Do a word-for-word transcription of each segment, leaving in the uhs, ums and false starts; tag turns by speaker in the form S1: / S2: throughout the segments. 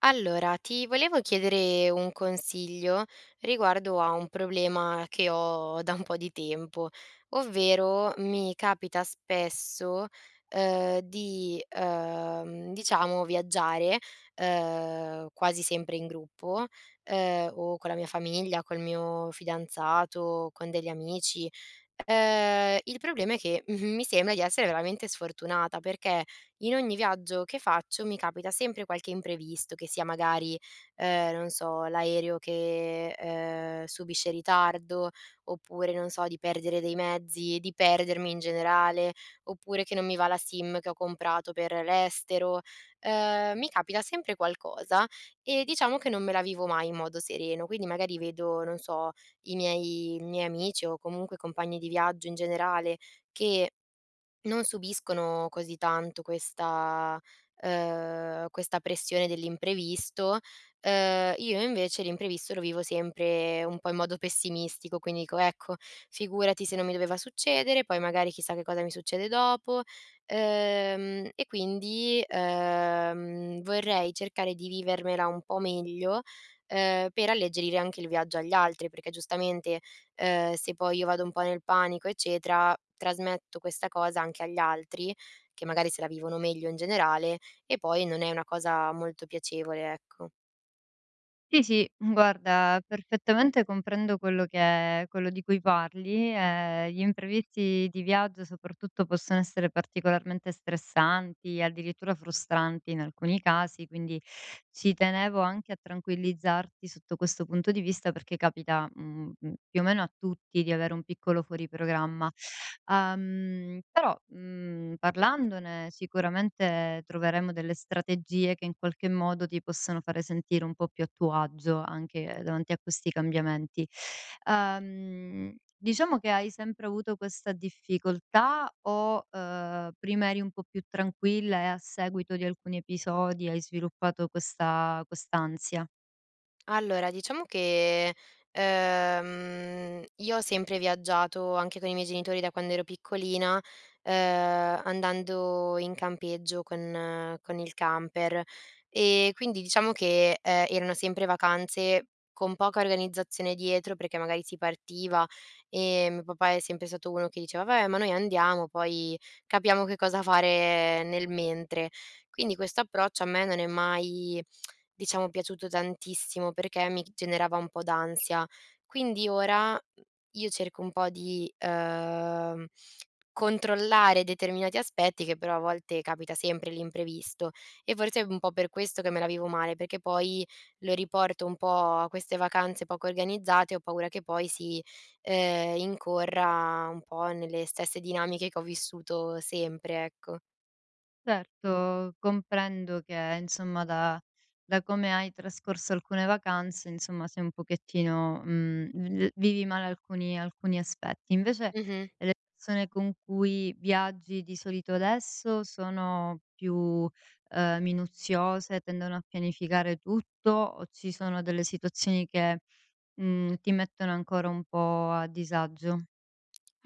S1: Allora, ti volevo chiedere un consiglio riguardo a un problema che ho da un po' di tempo, ovvero mi capita spesso, ehm, di, ehm, diciamo viaggiare, ehm, quasi sempre in gruppo, ehm, o con la mia famiglia, col mio fidanzato, con degli amici. Ehm, il problema è che mi sembra di essere veramente sfortunata perché, in ogni viaggio che faccio mi capita sempre qualche imprevisto, che sia magari, ehm, non so, l'aereo che, ehm, subisce ritardo, oppure, non so, di perdere dei mezzi, di perdermi in generale, oppure che non mi va la SIM che ho comprato per l'estero. Ehm, mi capita sempre qualcosa e diciamo che non me la vivo mai in modo sereno, quindi magari vedo, non so, i miei i miei amici o comunque compagni di viaggio in generale che non subiscono così tanto questa ehm, questa pressione dell'imprevisto. Ehm, io invece l'imprevisto lo vivo sempre un po' in modo pessimistico, quindi dico: "Ecco, figurati se non mi doveva succedere, poi magari chissà che cosa mi succede dopo". Ehm, e quindi, ehm, vorrei cercare di vivermela un po' meglio, ehm, per alleggerire anche il viaggio agli altri, perché giustamente ehm, se poi io vado un po' nel panico, eccetera, trasmetto questa cosa anche agli altri, che magari se la vivono meglio in generale, e poi non è una cosa molto piacevole, ecco.
S2: Sì, sì, guarda, perfettamente comprendo quello che quello di cui parli. Ehm, gli imprevisti di viaggio soprattutto possono essere particolarmente stressanti, addirittura frustranti in alcuni casi, quindi ci tenevo anche a tranquillizzarti sotto questo punto punto di vista perché capita, mhmm, mhmm, più o meno a tutti di avere un piccolo fuori programma. Uhm, però, mhmm, parlandone sicuramente troveremo delle strategie che in qualche modo ti possano fare sentire un po' più a tuo agio anche davanti a questi cambiamenti. Uhm, diciamo che hai sempre avuto questa difficoltà o, uhm, prima eri un po' più tranquilla e a seguito di alcuni episodi hai sviluppato questa quest'ansia?
S1: Allora, diciamo che, ehm, io ho sempre viaggiato anche con i miei genitori da quando ero piccolina, ehm, andando in campeggio con eh, con il camper. E quindi diciamo che, ehm, erano sempre vacanze con poca organizzazione dietro, perché magari si partiva e mio papà è sempre stato uno che diceva: "Vabbè, ma noi andiamo, poi capiamo che cosa fare nel mentre". Quindi questo approccio a me non è mai diciamo piaciuto tantissimo perché mi generava un po' d'ansia. Quindi ora mhmm, io cerco un po' di, ehm, controllare determinati aspetti che però a volte capita sempre l'imprevisto e forse è un po' per questo che me la vivo male, perché poi lo riporto un po' a queste vacanze poco organizzate, ho paura che poi si, ehm, incorra un po' nelle stesse dinamiche che ho vissuto sempre, ecco.
S2: Certo, comprendo che insomma da da come hai trascorso alcune vacanze, insomma, sei un pochettino, mhmm, v vivi male alcuni alcuni aspetti. Invece
S1: Mh-mh.
S2: le persone con cui viaggi di solito adesso sono più, uhm, minuziose, tendono a pianificare tutto o ci sono delle situazioni che, mhmm, ti mettono ancora un po' a disagio?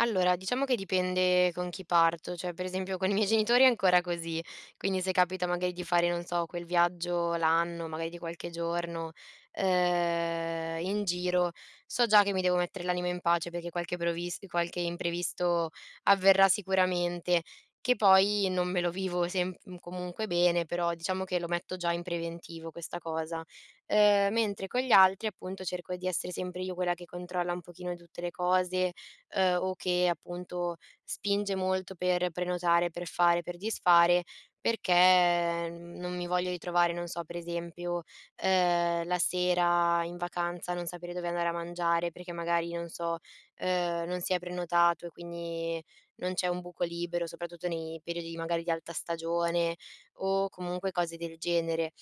S1: Allora, diciamo che dipende con chi parto, cioè per esempio con i miei genitori è ancora così, quindi se capita magari di fare, non so, quel viaggio l'anno, magari di qualche giorno, ehm, in giro, so già che mi devo mettere l'anima in pace perché qualche provis qualche imprevisto avverrà sicuramente, che poi non me lo vivo sem mhmm, comunque bene, però diciamo che lo metto già in preventivo questa cosa. Ehm, mentre con gli altri appunto cerco di essere sempre io quella che controlla un pochino tutte le cose, ehm, o che appunto spinge molto per prenotare, per fare, per disfare, perché non mi voglio ritrovare, non so, per esempio, ehm, la sera in vacanza a non sapere dove andare a mangiare perché magari, non so, ehm, non si è prenotato e quindi non c'è un buco libero, soprattutto nei periodi magari di alta stagione o comunque cose del genere.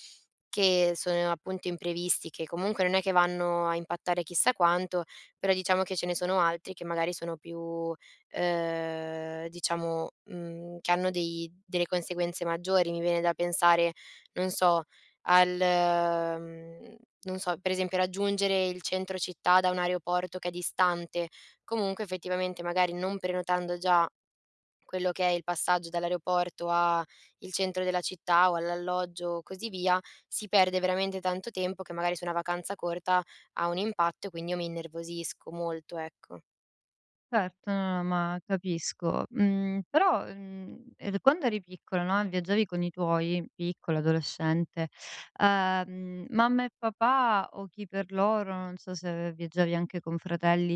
S1: Che sono appunto imprevisti, che comunque non è che vanno a impattare chissà quanto, però diciamo che ce ne sono altri che magari sono più, ehm, diciamo, mhmm, che hanno dei delle conseguenze maggiori. Mi viene da pensare, non so, al mhmm, non so, per esempio raggiungere il centro città da un aeroporto che è distante. Comunque effettivamente magari non prenotando già quello che è il passaggio dall'aeroporto a il centro della città o all'alloggio, così via, si perde veramente tanto tempo che magari su una vacanza corta ha un impatto e quindi io mi innervosisco molto, ecco.
S2: Certo, no, no, ma capisco. Mhmm, però, mhmm, ehm, quando eri piccola, no, viaggiavi con i tuoi, piccola, adolescente, ehm, mamma e papà o chi per loro, non so se viaggiavi anche con fratelli,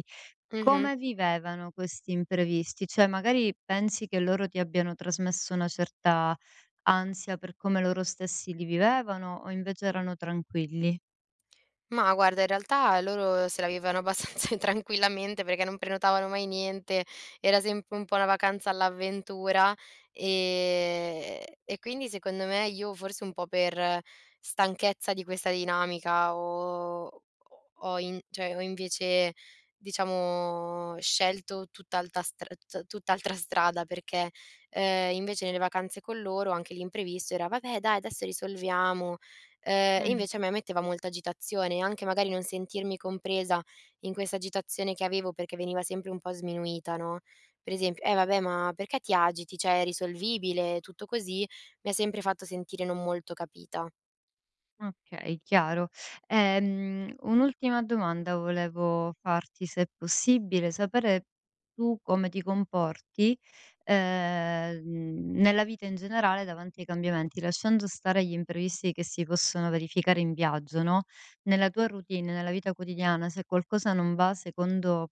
S1: Mh-mh.
S2: come vivevano questi imprevisti? Cioè, magari pensi che loro ti abbiano trasmesso una certa ansia per come loro stessi li vivevano o invece erano tranquilli?
S1: Ma guarda, in realtà loro se la vivevano abbastanza tranquillamente perché non prenotavano mai niente, era sempre un po' una vacanza all'avventura, ehm, e quindi secondo me io forse un po' per stanchezza di questa dinamica ho ho in cioè ho invece diciamo scelto tutt'alta stra t tutt'altra strada perché, ehm, invece nelle vacanze con loro anche l'imprevisto era: "Vabbè dai adesso risolviamo." Ehm, e
S2: Mh.
S1: invece a me metteva molta agitazione, anche magari non sentirmi compresa in questa agitazione che avevo, perché veniva sempre un po' sminuita, no, per esempio: "Eh vabbè, ma perché ti agiti? Cioè è risolvibile", tutto così, mi ha sempre fatto sentire non molto capita.
S2: Okay, chiaro. Ehm, un'ultima domanda volevo farti, se è possibile, sapere tu come ti comporti, ehm, nella vita in generale davanti ai cambiamenti, lasciando stare gli imprevisti che si possono verificare in viaggio, no, nella tua routine, nella vita quotidiana, se qualcosa non va secondo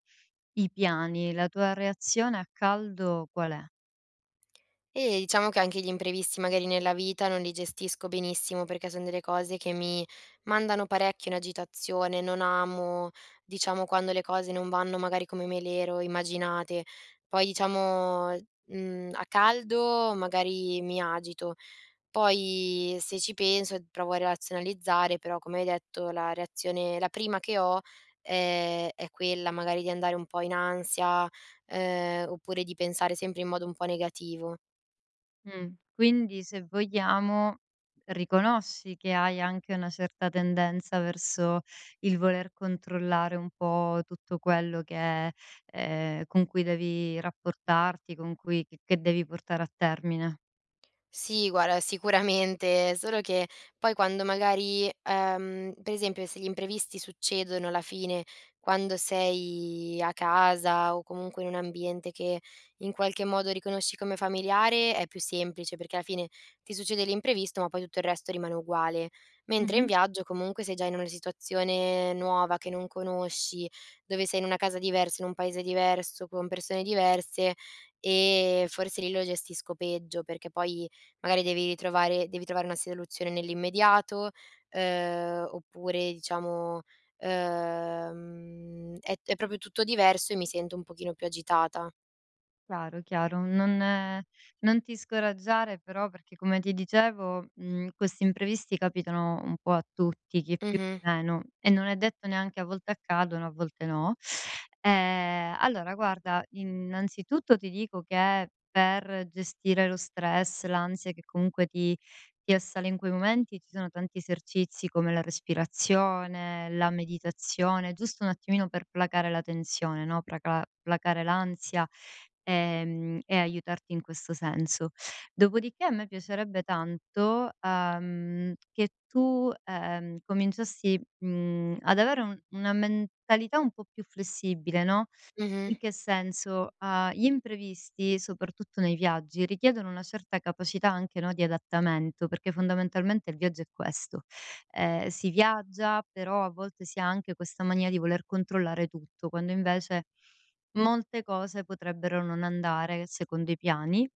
S2: i piani, la tua reazione a caldo qual è?
S1: E diciamo che anche gli imprevisti magari nella vita non li gestisco benissimo perché son delle cose che mi mandano parecchio in agitazione, non amo, diciamo, quando le cose non vanno magari come me le ero immaginate. Poi diciamo, mhmm, a caldo magari mi agito, poi se ci penso provo a razionalizzare, però come hai detto la reazione la prima che ho, ehm, è quella magari di andare un po' in ansia, ehm, oppure di pensare sempre in modo un po' negativo.
S2: Mh. Quindi se vogliamo, riconosci che hai anche una certa tendenza verso il voler controllare un po' tutto quello che ehm, con cui devi rapportarti, con cui che che devi portare a termine.
S1: Sì, guarda, sicuramente, solo che poi quando magari, ehm, per esempio se gli imprevisti succedono alla fine, quando sei a casa o comunque in un ambiente che in qualche modo riconosci come familiare, è più semplice perché alla fine ti succede l'imprevisto, ma poi tutto il resto rimane uguale. Mentre in
S2: Mh-mh.
S1: viaggio comunque sei già in una situazione nuova che non conosci, dove sei in una casa diversa, in un paese diverso, con persone diverse e forse lì lo gestisco peggio perché poi magari devi ritrovare devi trovare una soluzione nell'immediato, ehm, oppure diciamo, ehm, è è proprio tutto diverso e mi sento un pochino più agitata.
S2: Chiaro, chiaro, non eh, non ti scoraggiare però perché come ti dicevo, mhmm, questi imprevisti capitano un po' a tutti, chi più
S1: Mh-mh,
S2: chi meno, e non è detto neanche a volte accadono, a volte no. Ehm, allora guarda, innanzitutto ti dico che per gestire lo stress, l'ansia che comunque ti ti assale in quei momenti, ci sono tanti esercizi come la respirazione, la meditazione, giusto un attimino per placare la tensione, no, placa placare l'ansia ehm, e aiutarti in questo senso. Dopodiché a me piacerebbe tanto, ehm, che tu, ehm, cominciassi, mhmm, ad avere un una mentalità un po' più flessibile, no,
S1: mh-mh.
S2: in che senso? Uhm, gli imprevisti, soprattutto nei viaggi, richiedono una certa capacità anche, no, di adattamento, perché fondamentalmente il viaggio è questo. Ehm, si viaggia, però a volte si ha anche questa mania di voler controllare tutto, quando invece molte cose potrebbero non andare secondo i piani.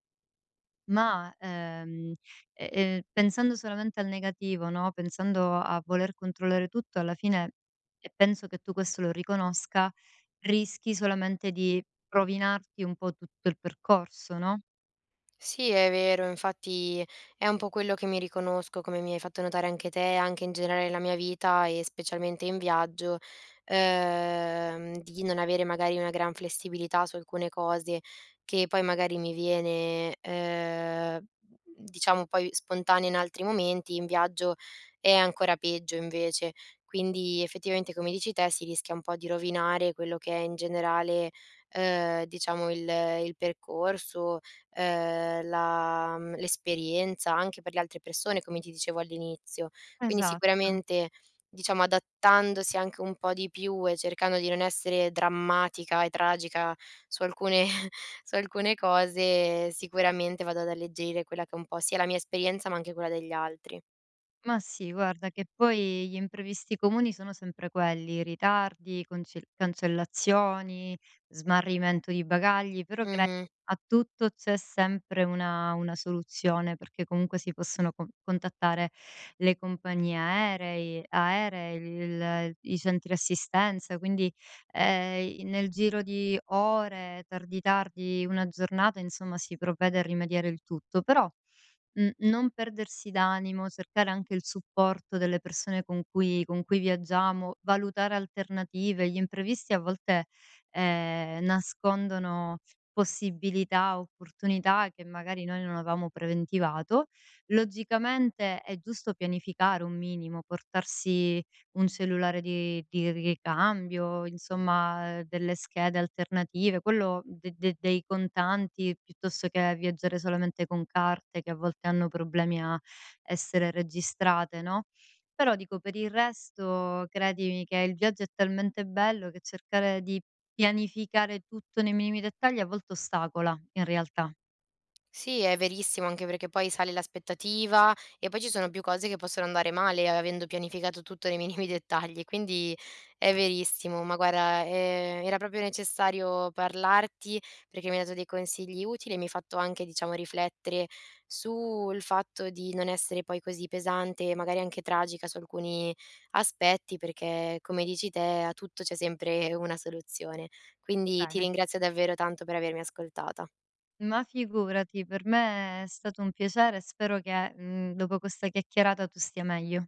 S2: Ma, ehm, e ehm, pensando solamente al negativo, no, pensando a voler controllare tutto, alla fine e penso che tu questo lo riconosca, rischi solamente di rovinarti un po' tutto il percorso, no?
S1: Sì, è vero, infatti è un po' quello che mi riconosco, come mi hai fatto notare anche te, anche in generale la mia vita e specialmente in viaggio, ehm, di non avere magari una gran flessibilità su alcune cose che poi magari mi viene, ehm, diciamo poi spontanea in altri momenti, in viaggio è ancora peggio invece. Quindi effettivamente come dici te si rischia un po' di rovinare quello che è in generale, ehm, diciamo il il percorso ehm, la mhmm, l'esperienza anche per le altre persone, come ti dicevo all'inizio. Quindi
S2: Esatto.
S1: sicuramente, diciamo, adattandosi anche un po' di più e cercando di non essere drammatica e tragica su alcune su alcune cose, sicuramente vado ad alleggerire quella che è un po' sia la mia esperienza, ma anche quella degli altri.
S2: Ma sì, guarda che poi gli imprevisti comuni sono sempre quelli, ritardi, conce cancellazioni, smarrimento di bagagli, però cre
S1: Mh-mh.
S2: a tutto c'è sempre una una soluzione, perché comunque si possono con contattare le compagnie aerei aeree, il i centri assistenza, quindi, ehm, nel giro di ore, tardi tardi una giornata, insomma si provvede a rimediare il tutto. Però mh, non perdersi d'animo, cercare anche il supporto delle persone con cui con cui viaggiamo, valutare alternative. Gli imprevisti a volte, ehm, nascondono possibilità, opportunità che magari noi non avevamo preventivato. Logicamente è giusto pianificare un minimo, portarsi un cellulare di di ricambio, insomma, ehm, delle schede alternative, quello de de dei contanti piuttosto che viaggiare solamente con carte che a volte hanno problemi a essere registrate, no, però dico per il resto credimi che il viaggio è talmente bello che cercare di pianificare tutto nei minimi dettagli a volte ostacola in realtà.
S1: Sì, è verissimo, anche perché poi sale l'aspettativa e poi ci sono più cose che possono andare male avendo pianificato tutto nei minimi dettagli, quindi è verissimo. Ma guarda, ehm, era proprio necessario parlarti perché mi hai dato dei consigli utili e mi hai fatto anche, diciamo, riflettere sul fatto di non essere poi così pesante e magari anche tragica su alcuni aspetti, perché come dici te, a tutto c'è sempre una soluzione. Quindi ti
S2: Bene.
S1: ringrazio davvero tanto per avermi ascoltata.
S2: Ma figurati, per me è stato un piacere e spero che, mhmm, dopo questa chiacchierata tu stia meglio.